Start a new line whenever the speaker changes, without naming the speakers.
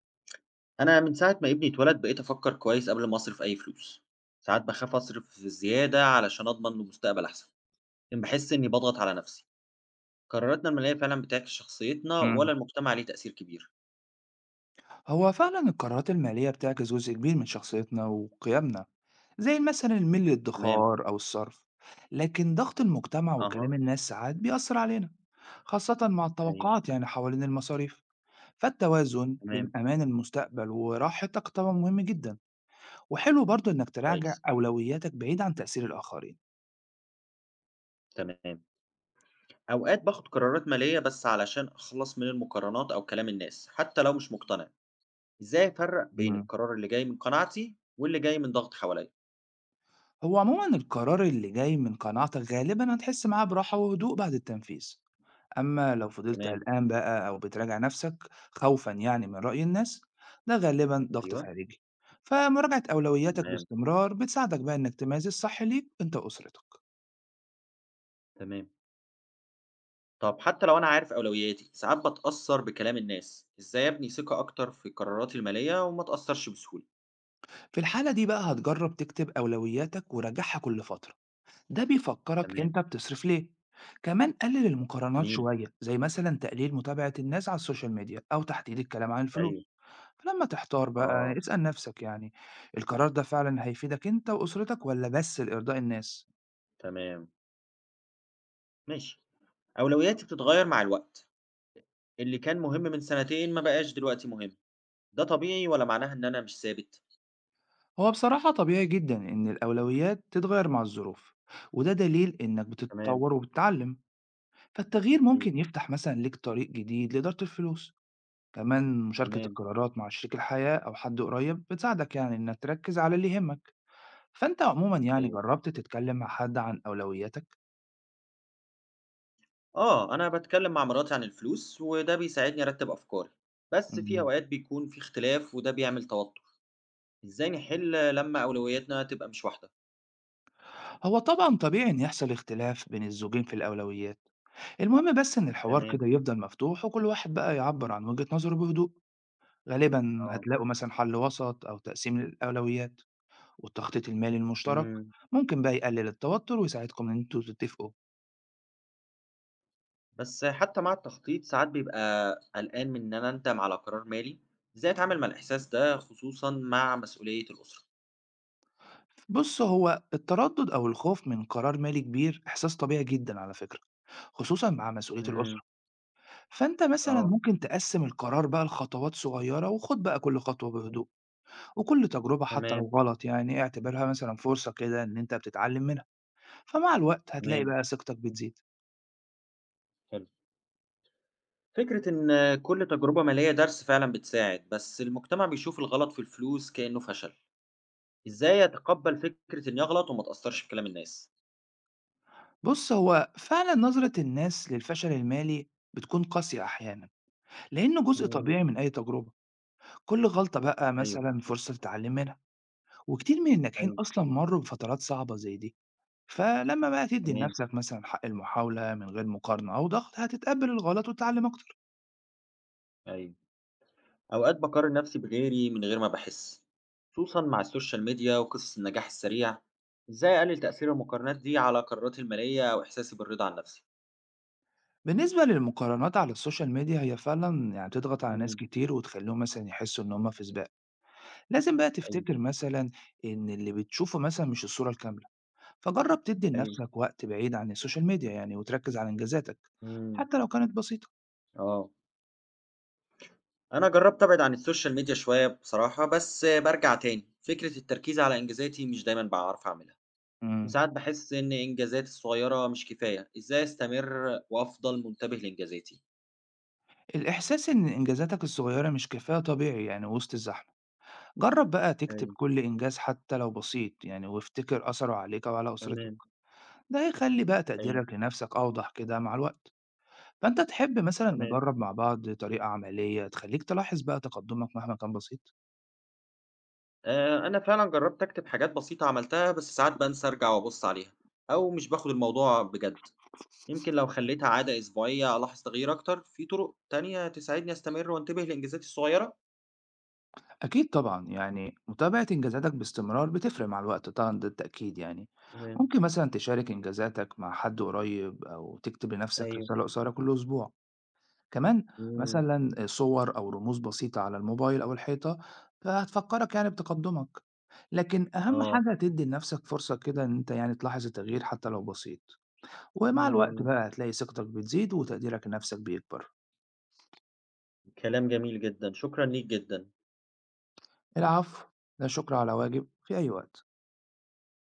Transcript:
أنا من ساعة ما ابني اتولد بقيت أفكر كويس قبل ما أصرف أي فلوس، ساعات بخاف أصرف زيادة علشان أضمن له مستقبل أحسن، لكن بحس إني بضغط على نفسي، قراراتنا المالية فعلا بتعكس شخصيتنا
امم.
ولا المجتمع ليه تأثير كبير؟
هو فعلا القرارات المالية بتعكس جزء كبير من شخصيتنا وقيمنا، زي مثلا الميل
تمام،
للادخار أو الصرف. لكن ضغط المجتمع وكلام
أها،
الناس ساعات بيأثر علينا، خاصة مع
أيوه،
التوقعات يعني حوالين المصاريف. فالتوازن بين
تمام،
أمان المستقبل وراحتك طبعا مهم جدا، وحلو برضه إنك تراجع
كويس،
أولوياتك بعيد عن تأثير الآخرين.
تمام، أوقات باخد قرارات مالية بس علشان أخلص من المقارنات أو كلام الناس حتى لو مش مقتنع، إزاي أفرق بين
امم.
القرار اللي جاي من قناعتي واللي جاي من ضغط حواليا؟
هو عموما القرار اللي جاي من قناعتك غالبا هتحس معاه براحة وهدوء بعد التنفيذ. أما لو فضلت
تمام،
قلقان بقى أو بتراجع نفسك خوفًا يعني من رأي الناس، ده غالبًا ضغط
أيوه،
خارجي. فمراجعة أولوياتك
تمام،
باستمرار بتساعدك بقى إنك تميز الصح ليك أنت وأسرتك.
تمام. طب حتى لو أنا عارف أولوياتي، ساعات بتأثر بكلام الناس، إزاي أبني ثقة أكتر في قراراتي المالية وما أتأثرش بسهولة؟
في الحالة دي بقى هتجرب تكتب أولوياتك وراجعها كل فترة، ده بيفكرك
تمام،
أنت بتصرف ليه. كمان قلل المقارنات
جميل،
شوية، زي مثلا تقليل متابعة الناس على السوشيال ميديا أو تحديد الكلام عن
أيوه،
الفلوس. فلما تحتار بقى
آه،
اسأل نفسك يعني، القرار ده فعلا هيفيدك أنت وأسرتك ولا بس لإرضاء الناس؟
تمام، ماشي. أولوياتي بتتغير مع الوقت، اللي كان مهم من سنتين ما بقاش دلوقتي مهم، ده طبيعي ولا معناها إن أنا مش ثابت؟
هو بصراحة طبيعي جدا إن الأولويات تتغير مع الظروف، وده دليل إنك
تمام،
بتتطور وبتتعلم. فالتغيير
أيوه،
ممكن يفتح مثلا ليك طريق جديد لإدارة الفلوس. كمان مشاركة
تمام،
القرارات مع شريك الحياة أو حد قريب بتساعدك يعني إنك تركز على اللي يهمك. فأنت عموما يعني
أيوه.
جربت تتكلم مع حد عن أولوياتك؟
آه، أنا بتكلم مع مراتي عن الفلوس وده بيساعدني أرتب أفكاري، بس في
مم.
أوقات بيكون في اختلاف وده بيعمل توتر، إزاي نحل لما أولوياتنا تبقى مش واحدة؟
هو طبعا طبيعي إن يحصل اختلاف بين الزوجين في الأولويات. المهم بس إن الحوار
تمام.
كده يفضل مفتوح، وكل واحد بقى يعبر عن وجهة نظره بهدوء. غالبًا
آه،
هتلاقوا مثلًا حل وسط أو تقسيم للأولويات، والتخطيط المالي المشترك
إمم،
ممكن بقى يقلل التوتر ويساعدكم إن أنتم تتفقوا.
بس حتى مع التخطيط ساعات بيبقى قلقان من إن أنا أندم على قرار مالي، إزاي أتعامل مع الإحساس ده خصوصًا مع مسؤولية الأسرة؟
بُص، هو التردد أو الخوف من قرار مالي كبير إحساس طبيعي جدًا على فكرة، خصوصًا مع مسؤولية الأسرة.
إمم،
فأنت مثلًا
آه،
ممكن تقسم القرار بقى لخطوات صغيرة، وخُد بقى كل خطوة بهدوء، وكل تجربة حتى لو
تمام،
غلط يعني اعتبرها مثلًا فرصة كده إن أنت بتتعلم منها. فمع الوقت هتلاقي
تمام،
بقى ثقتك بتزيد.
حلو. فكرة إن كل تجربة مالية درس فعلًا بتساعد، بس المجتمع بيشوف الغلط في الفلوس كأنه فشل، إزاي أتقبل فكرة إني أغلط وما أتأثرش بكلام الناس؟
بُص، هو فعلًا نظرة الناس للفشل المالي بتكون قاسية أحيانًا، لإنه جزء
إمم،
طبيعي من أي تجربة. كل غلطة بقى
أيوه،
مثلًا فرصة تتعلم منها، وكتير من الناجحين
أيوه،
أصلًا مرّوا بفترات صعبة زي دي. فلما بقى تدّي
تمام،
لنفسك مثلًا حق المحاولة من غير مقارنة أو ضغط، هتتقبل الغلط وتتعلم أكتر.
أيوه. أوقات باقارن نفسي بغيري من غير ما باحس، خصوصًا مع السوشيال ميديا وقصص النجاح السريع، إزاي أقلل تأثير المقارنات دي على قراراتي المالية وإحساسي بالرضا عن نفسي؟
بالنسبة للمقارنات على السوشيال ميديا، هي فعلًا يعني بتضغط على ناس
إمم،
كتير وتخلّيهم مثلًا يحسّوا إن هم في سباق. لازم بقى
أيوه،
تفتكر مثلًا إن اللي بتشوفه مثلًا مش الصورة الكاملة. فجرب تدي
أيوه،
لنفسك وقت بعيد عن السوشيال ميديا يعني، وتركز على إنجازاتك
إمم،
حتى لو كانت بسيطة.
آه. أنا جربت أبعد عن السوشيال ميديا شوية بصراحة، بس بارجع تاني، فكرة التركيز على إنجازاتي مش دايمًا باعرف أعملها،
مم.
وساعات باحس إن إنجازاتي الصغيرة مش كفاية، إزاي أستمر وأفضل منتبه لإنجازاتي؟
الإحساس إن إنجازاتك الصغيرة مش كفاية طبيعي يعني وسط الزحمة. جرب بقى تكتب
أيوه،
كل إنجاز حتى لو بسيط يعني، وافتكر أثره عليك وعلى أسرتك.
تمام،
ده هيخلي بقى
أيوه،
تقديرك لنفسك أوضح كده مع الوقت. فأنت تحب مثلا
تمام.
نجرب مع بعض طريقة عملية تخليك تلاحظ بقى تقدمك مهما كان بسيط؟
أنا فعلًا جرّبت أكتب حاجات بسيطة عملتها، بس ساعات بانسى أرجع وأبُص عليها، أو مش باخد الموضوع بجد. يمكن لو خليتها عادة أسبوعية ألاحظ تغيير أكتر. في طرق تانية تساعدني أستمر وأنتبه لإنجازاتي الصغيرة؟
أكيد طبعا، يعني متابعة إنجازاتك باستمرار بتفرق مع الوقت طبعا، ده التأكيد يعني.
تمام،
ممكن مثلا تشارك إنجازاتك مع حد قريب أو تكتب لنفسك
أيوه،
رسالة قصيرة كل أسبوع. كمان
إمم،
مثلا صور أو رموز بسيطة على الموبايل أو الحيطة، فهتفكرك يعني بتقدمك. لكن أهم
آه،
حاجة تدي لنفسك فرصة كده إن أنت يعني تلاحظ التغيير حتى لو بسيط. ومع الوقت
إمم.
بقى هتلاقي ثقتك بتزيد وتقديرك لنفسك بيكبر.
كلام جميل جدًا، شكرًا ليك جدًا.
العفو، لا شكر على واجب، في أي وقت.